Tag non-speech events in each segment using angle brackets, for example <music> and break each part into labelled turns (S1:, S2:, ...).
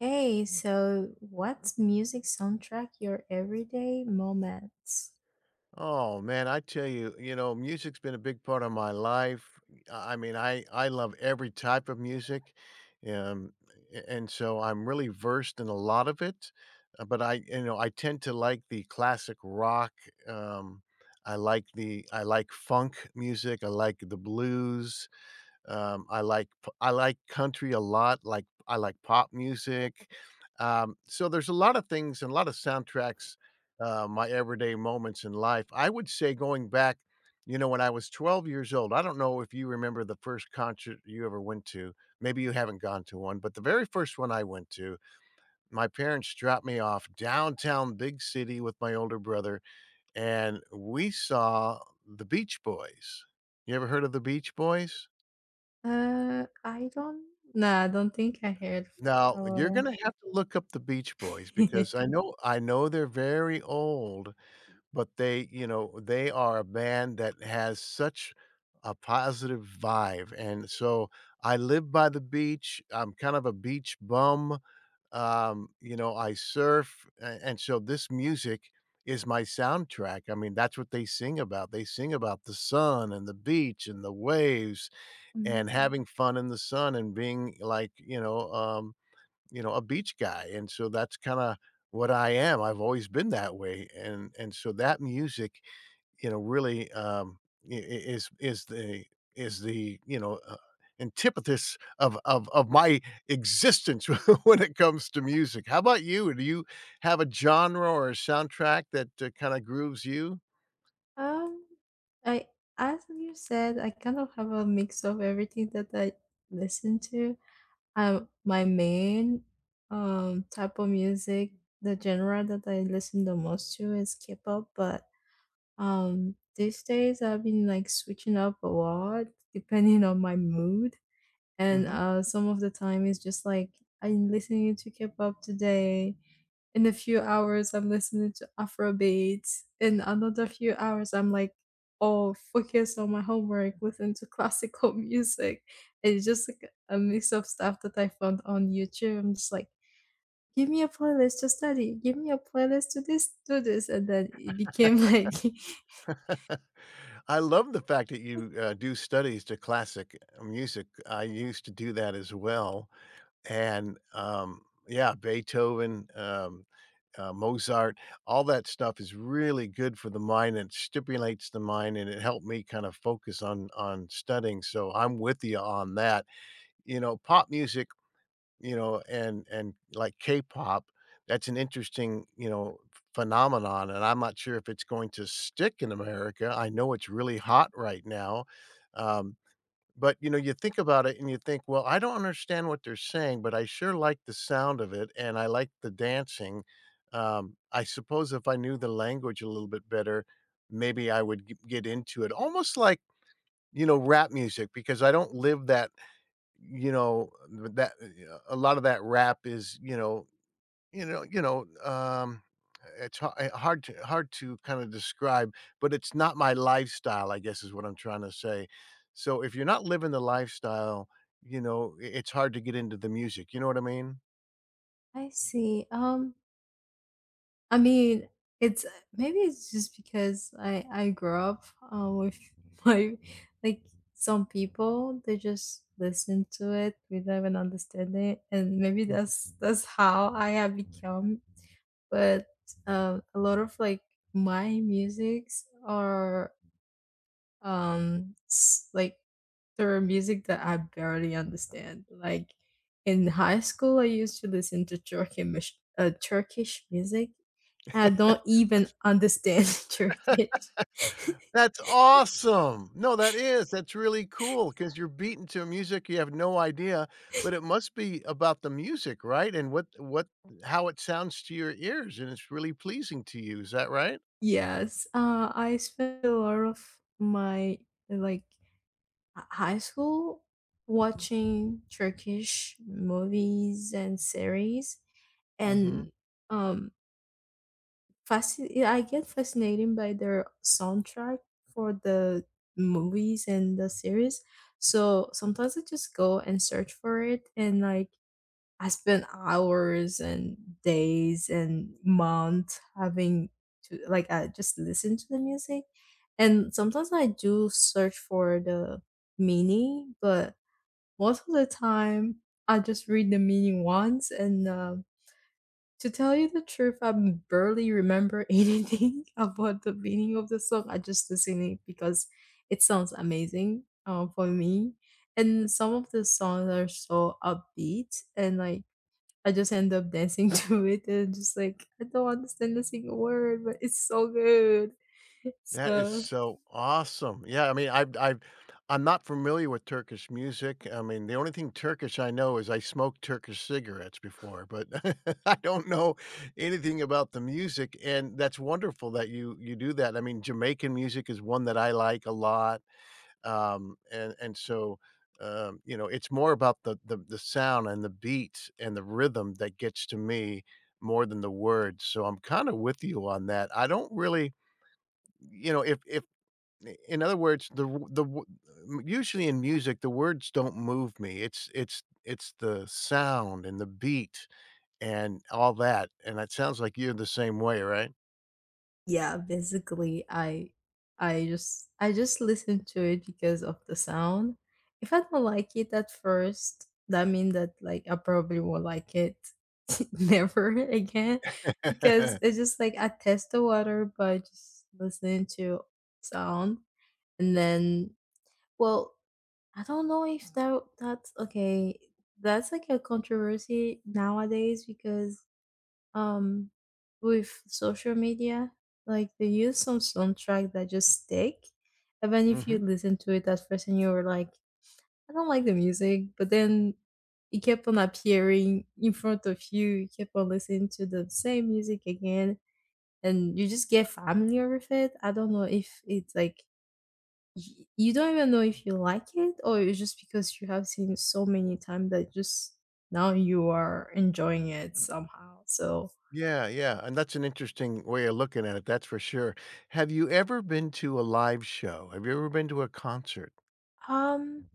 S1: Hey, so what's music soundtrack your everyday moments?
S2: Oh man, I tell you, you know, music's been a big part of my life. I mean, I love every type of music, um, and so I'm really versed in a lot of it. But I, you know, I tend to like the classic rock. Um, I like the I like funk music. I like the blues. I like country a lot, like, I like pop music. So there's a lot of things and a lot of soundtracks, my everyday moments in life. I would say going back, you know, when I was 12 years old, I don't know if you remember the first concert you ever went to. Maybe you haven't gone to one, but the very first one I went to, my parents dropped me off downtown big city with my older brother, and we saw the Beach Boys. You ever heard of the Beach Boys?
S1: I don't. Nah, I don't think I heard
S2: Now, you're
S1: Flower.
S2: gonna have to look up the Beach Boys because
S1: <laughs>
S2: I know they're very old, but they, you know, they are a band that has such a positive vibe, and so I live by the beach. I'm kind of a beach bum. You know, I surf, a and so this music is my soundtrack. I mean, that's what they sing about. They sing about the sun and the beach and the waves and Mhm.
S1: Mm.
S2: having fun in the sun and being like, you know, a beach guy, and so that's kinda what I am, I've always been that way, and so that music, you know, really, I is the, you know, antipathis of my existence <laughs> when it comes to music. How about you? Do you have a genre or a soundtrack that, kinda grooves you?
S1: Um, I as you said, I kind of have a mix of everything that I listen to. My main type of music, the genre that I listen the most to is K-pop, but these days I've been like switching up a lot depending on my mood. And
S2: Mhm.
S1: some of the time it's just like I'm listening to K-pop today. In a few hours I'm listening to Afrobeats. In another few hours I'm like, oh, focus on my homework, listen to classical <laughs> music. It's just like a mix of stuff that I found on YouTube. I'm just like, give me a playlist to study, give me a playlist to this, do this, and then it became like. <laughs>
S2: <laughs> I love the fact that you, do studies to classic music. I used to do that as well. And, yeah, Beethoven, Mozart, all that stuff is really good for the mind and stimulates the mind, and it helped me kind of focus on studying, so I'm with you on that. You know, pop music, you know, and like K-pop, that's an interesting, you know, phenomenon, and I'm not sure if it's going to stick in America. I know it's really hot right now, um but, you know, you think about it and you think, "Well, I don't understand what they're saying, but I sure like the sound of it and I like the dancing." I suppose if I knew the language a little bit better, maybe I would g get into it. Almost like, you know, rap music because I don't live that, you know, that a lot of that rap is, you know, you know you know, um, hard to kinda describe, but it's not my lifestyle, I guess, is what I'm trying to say. So, if you're not living the lifestyle, you know, I it's hard to get into the music, you know what I mean?
S1: I see. I mean, it's maybe it's just because I grew up with <laughs> my like some people they just listen to it without even understanding it, and maybe
S2: Mhm.
S1: that's how I have become. But a lot of like my musics are s like, there are music that I barely understand. Like, in high school, I used to listen to Turkish music. I don't
S2: <laughs>
S1: even
S2: That's
S1: understand <laughs> Turkish. <laughs>
S2: awesome! No, that's really cool because 'cause you're beaten to music, you have no idea, but it must be about the music, right? And what how it sounds to your ears, and it's really pleasing to you, is that right?
S1: Yes, I spent a lot of my like high school watching Turkish movies and series,
S2: Mhm.
S1: and um, Fasci yeah, I get fascinated by their soundtrack for the movies and the series. So sometimes I just go and search for it and like I spend hours and days and months having to like I just listen to the music. And sometimes I do search for the meaning, but most of the time I just read the meaning once and to tell you the truth, I barely remember <laughs> anything about the meaning of the song. I just listen it because it sounds amazing for me. And some of the songs are so upbeat and like I just end up dancing <laughs> to it and just like I don't understand a single word, but it's so good. <laughs>
S2: That is
S1: So
S2: so awesome. Yeah, I mean, I've I'm not familiar with Turkish music. I mean, the only thing Turkish I know is I smoked Turkish cigarettes before, but <laughs> I don't know anything about the music, and that's wonderful that you do that. I mean, Jamaican music is one that I like a lot, and so, you know, it's more about the the sound and the beat and the rhythm that gets to me more than the words, so I'm kinda with you on that. I don't really you know, if in other words, usually in music the words don't move me. It's the sound and the beat and all that. And it sounds like you're the same way, right?
S1: yeah, basically I just listen to it because of the sound. If I don't like it at first, that means that like I probably won't like it <laughs> never again because
S2: <laughs>
S1: it's just like I test the water by just listening to sound and then well I don't know if that's okay. That's like a controversy nowadays because um with social media like they use some soundtrack that just stick even if you
S2: hmm
S1: listen to it at first and you were like I don't like the music but then it kept on appearing in front of you you kept on listening to the same music again and you just get familiar with it. I don't know if it's like you don't even know if you like it or it's just because you have seen so many times that just now you are enjoying it somehow so.
S2: Yeah, yeah. And that's an interesting way of looking at it. That's for sure. Have you ever been to a live show? Have you ever been to a concert?
S1: Um,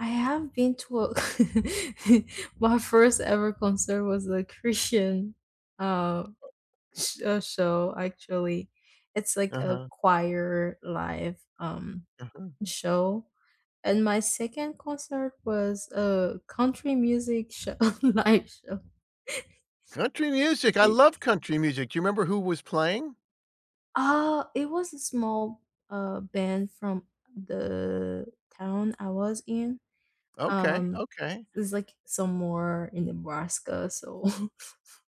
S1: I have been to a <laughs> my first ever concert was a Christian uh, show actually. It's like
S2: Uh
S1: a
S2: huh.
S1: choir live
S2: Uh-huh. uh-huh.
S1: show. And my second concert was a country music show <laughs> live show.
S2: Country music. I
S1: It-
S2: love country music. Do you remember who was playing?
S1: It was a small band from the town I was in.
S2: Okay.
S1: Um,
S2: Okay.
S1: it's like somewhere in Nebraska, so <laughs>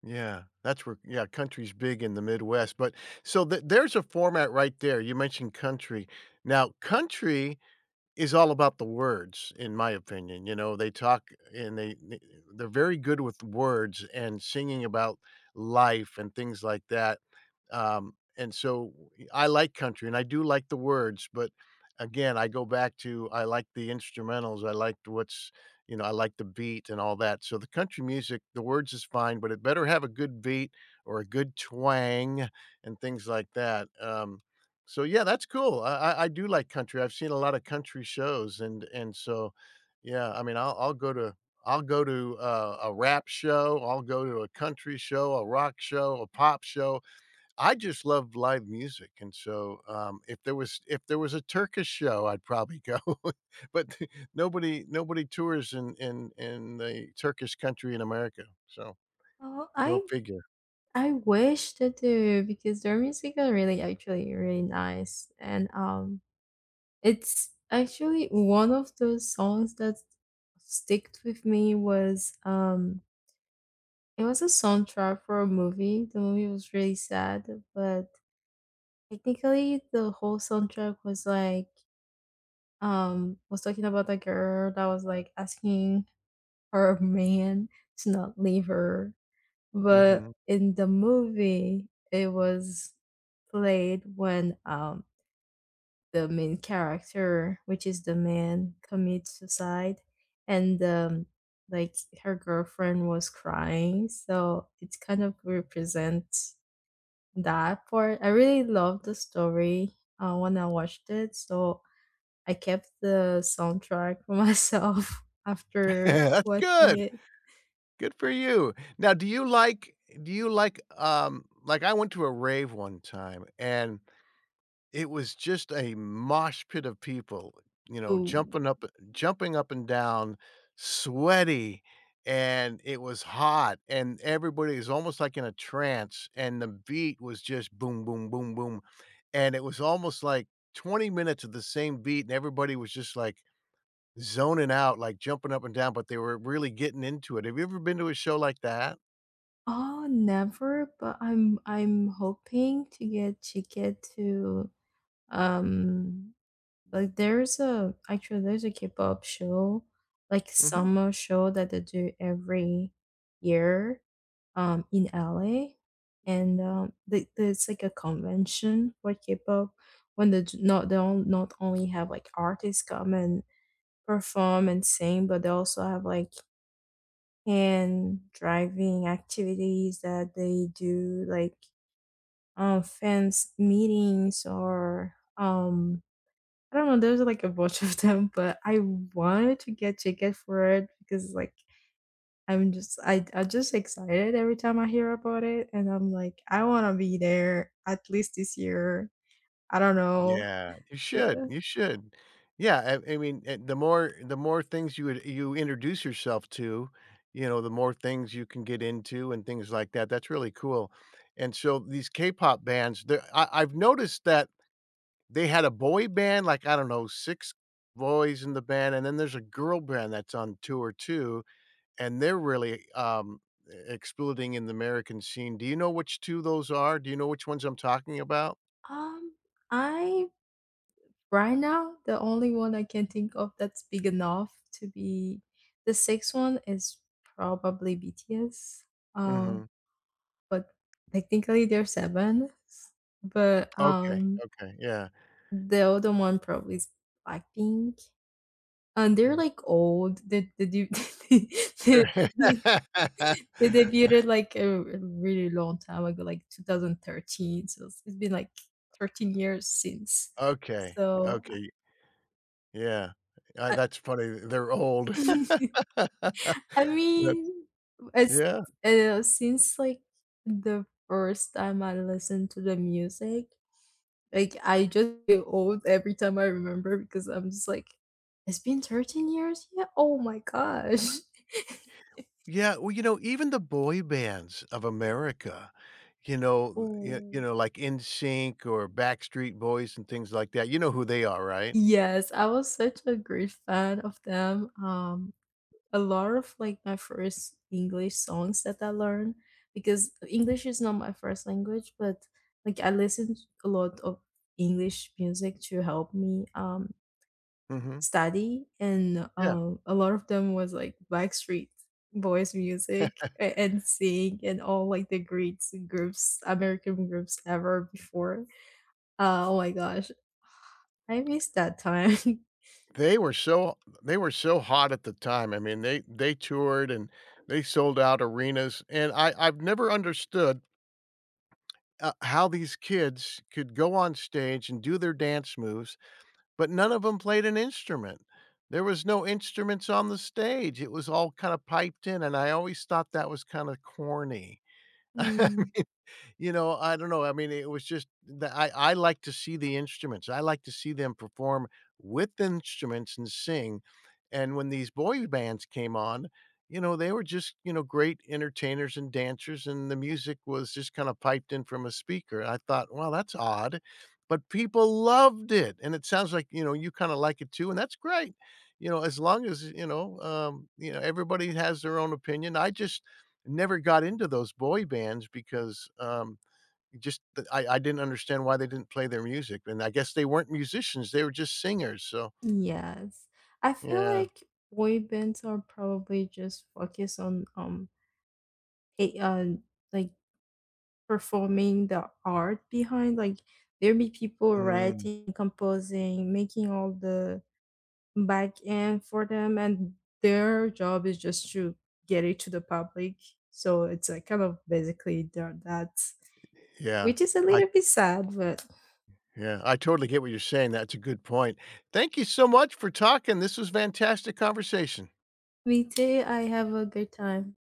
S2: Yeah, that's where yeah, country's big in the Midwest, but so th there's a format right there, you mentioned country. Now country is all about the words, in my opinion. You know, they talk and they're very good with words and singing about life and things like that. And so I like country and I do like the words, but again, I go back to I like the instrumentals. I liked what's you know, I like the beat and all that. So the country music, the words is fine, but it better have a good beat or a good twang and things like that. So, yeah, that's cool. I do like country. I've seen a lot of country shows and so, yeah, I mean, I'll go to a rap show, I'll go to a country show, a rock show, a pop show. I just love live music, and so, if there was a Turkish show, I'd probably go, <laughs> but <laughs> nobody tours in in the Turkish country in America, so
S1: Oh,
S2: go figure.
S1: I wish to do because their music are really actually really nice and it's actually one of those songs that sticked with me was it was a soundtrack for a movie. The movie was really sad, but technically the whole soundtrack was like was talking about a girl that was like asking her man to not leave her. But
S2: Mhm.
S1: in the movie, it was played when the main character, which is the man, commits suicide, and like her girlfriend was crying, so it kind of represents that part. I really loved the story when I watched it, so I kept the soundtrack for myself <laughs>
S2: <laughs>
S1: after
S2: That's
S1: watching
S2: good.
S1: it.
S2: Good for you. Now, do you like, I went to a rave one time, and it was just a mosh pit of people, you know,
S1: Ooh.
S2: jumping up and down, sweaty, and it was hot, and everybody was almost like in a trance, and the beat was just boom, boom, boom, boom, and it was almost like 20 minutes of the same beat, and everybody was just, like, zoning out, like, jumping up and down, but they were really getting into it. Have you ever been to a show like that?
S1: Oh, never, but I'm hoping to get to, um like, there's a actually, there's a K-pop show, like,
S2: Mhm.
S1: summer show that they do every year, in LA, and, there's, like, a convention for K-pop when they j not they don't not only have, like, artists come and perform and sing, but they also have, like, and driving activities that they do like fans meetings or I don't know, there's like a bunch <laughs> of them, but I wanted to get ticket for it because like I'm just excited every time I hear about it and I'm like I wanna be there at least this year. I don't know.
S2: Yeah, you should,
S1: The-
S2: you should. Yeah, I mean, the more things you would you introduce yourself to, you know, the more things you can get into and things like that. That's really cool. And so these K-pop bands, they're I've noticed that they had a boy band, like, I don't know, 6 boys in the band, and then there's a girl band that's on tour too, and they're really, e exploding in the American scene. Do you know which 2 those are? Do you know which ones I'm talking about?
S1: Um, I right now, the only one I can think of that's big enough to be the sixth one is probably BTS. Um,
S2: Mhm.
S1: but technically they're seven. But
S2: Okay, okay, yeah.
S1: the other one probably is Blackpink. And they're
S2: Mhm.
S1: like old. <laughs> They,
S2: There <laughs>
S1: they debuted like a really long time ago, like 2013. So it's been like 13 years since.
S2: Okay,
S1: So
S2: okay, yeah.
S1: I,
S2: That's funny, they're old. <laughs>
S1: <laughs> I
S2: That's
S1: mean, it's
S2: yeah.
S1: since like the first time I listened to the music, like I just feel old every time I remember because I'm just like, it's been 13 years yet? Oh my gosh. <laughs>
S2: Yeah, well, you know, even the boy bands of America, you know, you
S1: Oh.
S2: know, like In Sync or Backstreet Boys and things like that. You know who they are, right?
S1: Yes, I was such a great fan of them. A lot of like my first English songs that I learned because English is not my first language, but like I listened a lot of English music to help me
S2: Mhm.
S1: study and
S2: Yeah.
S1: a lot of them was like Backstreet Boys music and sing and all like the great groups American groups ever before. Oh my gosh, I missed that time. <laughs>
S2: They were so they were so hot at the time. I mean, they toured and they sold out arenas, and I've never understood, how these kids could go on stage and do their dance moves, but none of them played an instrument. There was no instruments on the stage. It was all kinda piped in, and I always thought that was kinda corny.
S1: Mm.
S2: <laughs> You know, I don't know, I mean, it was just that I like to see the instruments, I like to see them perform with instruments and sing, and when these boy bands came on, you know, they were just, you know, great entertainers and dancers, and the music was just kinda piped in from a speaker, I thought, "Well, that's odd," but people loved it, and it sounds like, you know, you kinda like it too, and that's great, you know, as long as, you know, everybody has their own opinion, I just never got into those boy bands because, just that I didn't understand why they didn't play their music, and I guess they weren't musicians, they were just singers, so
S1: Yes. I feel
S2: yeah.
S1: like boy bands are probably just focused on a like performing the art behind like there be people
S2: Mm,
S1: writing, composing, making all the back end for them and their job is just to get it to the public. So it's like kind of basically they're that,
S2: yeah.
S1: which is a
S2: I
S1: little bit sad, but
S2: yeah, I totally get what you're saying, that's a good point. Thank you so much for talking, this was fantastic conversation.
S1: we do I have a good time.